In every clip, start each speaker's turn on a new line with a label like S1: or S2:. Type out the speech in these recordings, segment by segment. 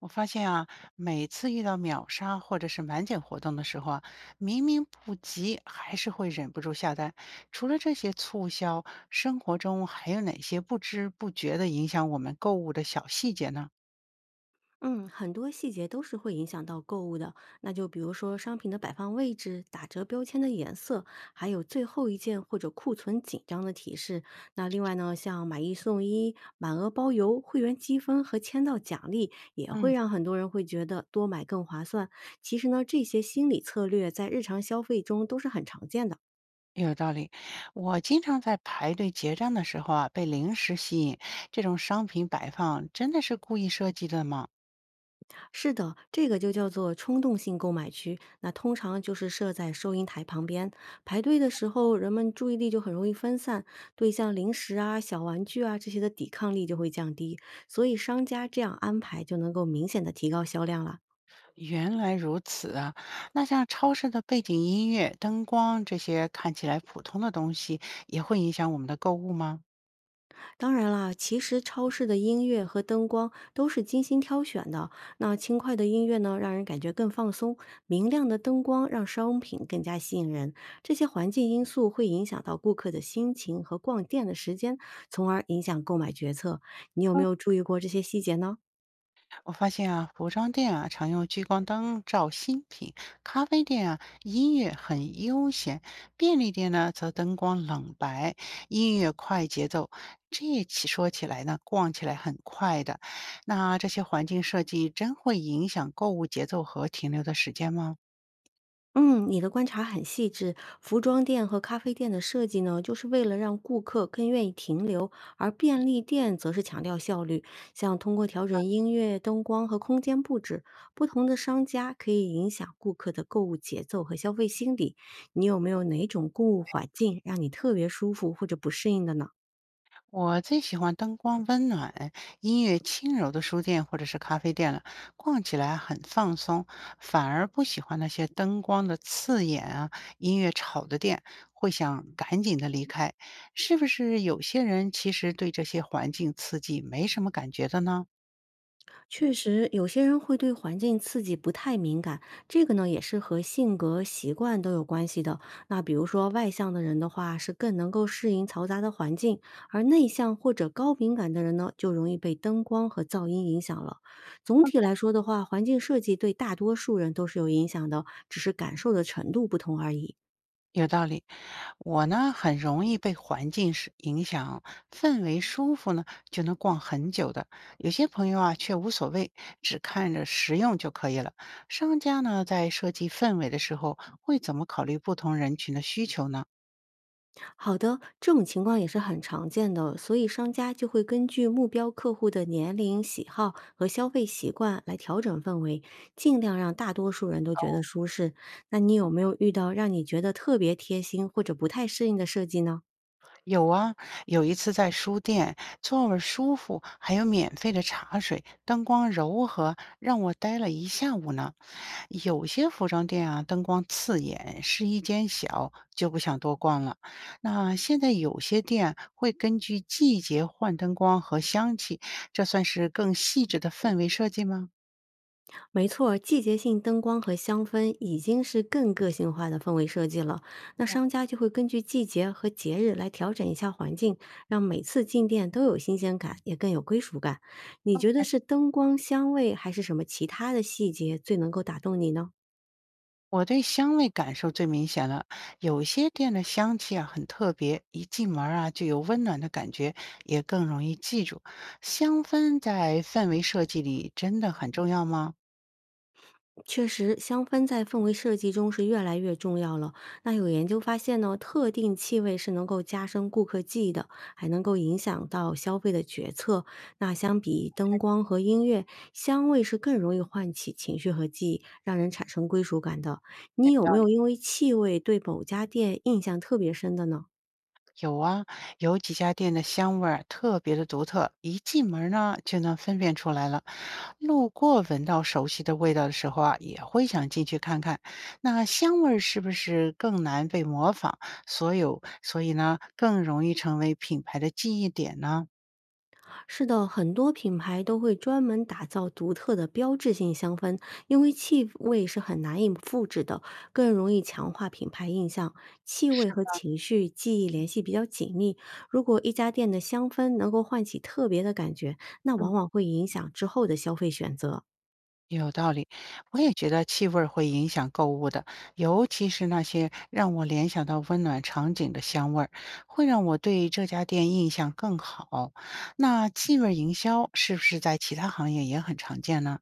S1: 我发现啊，每次遇到秒杀或者是满减活动的时候啊，明明不急，还是会忍不住下单。除了这些促销，生活中还有哪些不知不觉的影响我们购物的小细节呢？
S2: 嗯，很多细节都是会影响到购物的。那就比如说商品的摆放位置、打折标签的颜色，还有最后一件或者库存紧张的提示。那另外呢，像买一送一、满额包邮、会员积分和签到奖励，也会
S1: 嗯，
S2: 让很多人会觉得多买更划算。其实呢，这些心理策略在日常消费中都是很常见的。
S1: 有道理。我经常在排队结账的时候啊，被零食吸引。这种商品摆放真的是故意设计的吗？
S2: 是的，这个就叫做冲动性购买区。那通常就是设在收银台旁边，排队的时候，人们注意力就很容易分散，对像零食啊、小玩具啊这些的抵抗力就会降低，所以商家这样安排就能够明显的提高销量了。
S1: 原来如此啊！那像超市的背景音乐、灯光这些看起来普通的东西，也会影响我们的购物吗？
S2: 当然啦，其实超市的音乐和灯光都是精心挑选的。那轻快的音乐呢，让人感觉更放松；明亮的灯光让商品更加吸引人。这些环境因素会影响到顾客的心情和逛店的时间，从而影响购买决策。你有没有注意过这些细节呢？
S1: 我发现啊，服装店啊常用聚光灯照新品，咖啡店啊音乐很悠闲，便利店呢则灯光冷白，音乐快节奏。这起说起来呢，逛起来很快的。那这些环境设计真会影响购物节奏和停留的时间吗？
S2: 嗯，你的观察很细致。服装店和咖啡店的设计呢，就是为了让顾客更愿意停留，而便利店则是强调效率，像通过调整音乐、灯光和空间布置，不同的商家可以影响顾客的购物节奏和消费心理。你有没有哪种购物环境让你特别舒服或者不适应的呢？
S1: 我最喜欢灯光温暖、音乐轻柔的书店或者是咖啡店了，逛起来很放松，反而不喜欢那些灯光的刺眼啊、音乐吵的店，会想赶紧的离开。是不是有些人其实对这些环境刺激没什么感觉的呢？
S2: 确实，有些人会对环境刺激不太敏感，这个呢也是和性格、习惯都有关系的。那比如说外向的人的话，是更能够适应嘈杂的环境，而内向或者高敏感的人呢，就容易被灯光和噪音影响了。总体来说的话，环境设计对大多数人都是有影响的，只是感受的程度不同而已。
S1: 有道理，我呢很容易被环境是影响，氛围舒服呢就能逛很久的。有些朋友啊却无所谓，只看着实用就可以了。商家呢在设计氛围的时候，会怎么考虑不同人群的需求呢？
S2: 好的，这种情况也是很常见的，所以商家就会根据目标客户的年龄、喜好和消费习惯来调整氛围，尽量让大多数人都觉得舒适。那你有没有遇到让你觉得特别贴心或者不太适应的设计呢？
S1: 有啊，有一次在书店，座位儿舒服，还有免费的茶水，灯光柔和，让我待了一下午呢。有些服装店啊，灯光刺眼，试衣间小，就不想多逛了。那现在有些店会根据季节换灯光和香气，这算是更细致的氛围设计吗
S2: 没错季节性灯光和香氛已经是更个性化的氛围设计了。那商家就会根据季节和节日来调整一下环境，让每次进店都有新鲜感，也更有归属感。你觉得
S1: o
S2: 是灯光、香味，还是什么其他的细节最能够打动你呢？
S1: 我对香味感受最明显了，有些店的香气啊很特别，一进门儿啊就有温暖的感觉，也更容易记住。香氛在氛围设计里真的很重要吗？
S2: 确实，香氛在氛围设计中是越来越重要了。那有研究发现呢，特定气味是能够加深顾客记忆的，还能够影响到消费的决策。那相比灯光和音乐，香味是更容易唤起情绪和记忆，让人产生归属感的。你
S1: 有
S2: 有没
S1: 道
S2: 有
S1: 理。
S2: 因为气味对某家店印象特别深的呢？
S1: 有啊，有几家店的香味儿特别的独特，一进门儿呢就能分辨出来了。路过闻到熟悉的味道的时候啊，也会想进去看看。那香味儿是不是更难被模仿？所以呢，更容易成为品牌的记忆点呢？
S2: 是的，很多品牌都会专门打造独特的标志性香氛，因为气味是很难以复制的，更容易强化品牌印象。气味和情绪、记忆联系比较紧密，如果一家店的香氛能够唤起特别的感觉，那往往会影响之后的消费选择。
S1: 有道理，我也觉得气味儿会影响购物的，尤其是那些让我联想到温暖场景的香味儿，会让我对这家店印象更好。那气味儿营销是不是在其他行业也很常见呢？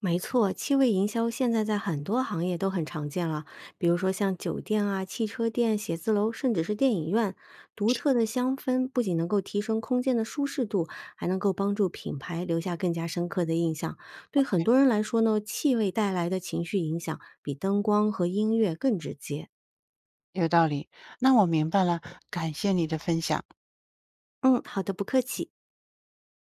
S2: 没错，气味营销现在在很多行业都很常见了，比如说像酒店啊、汽车店、写字楼，甚至是电影院。独特的香氛不仅能够提升空间的舒适度，还能够帮助品牌留下更加深刻的印象。对很多人来说呢，气味带来的情绪影响比灯光和音乐更直接。
S1: 有道理，那我明白了，感谢你的分享。
S2: 嗯，好的，不客气。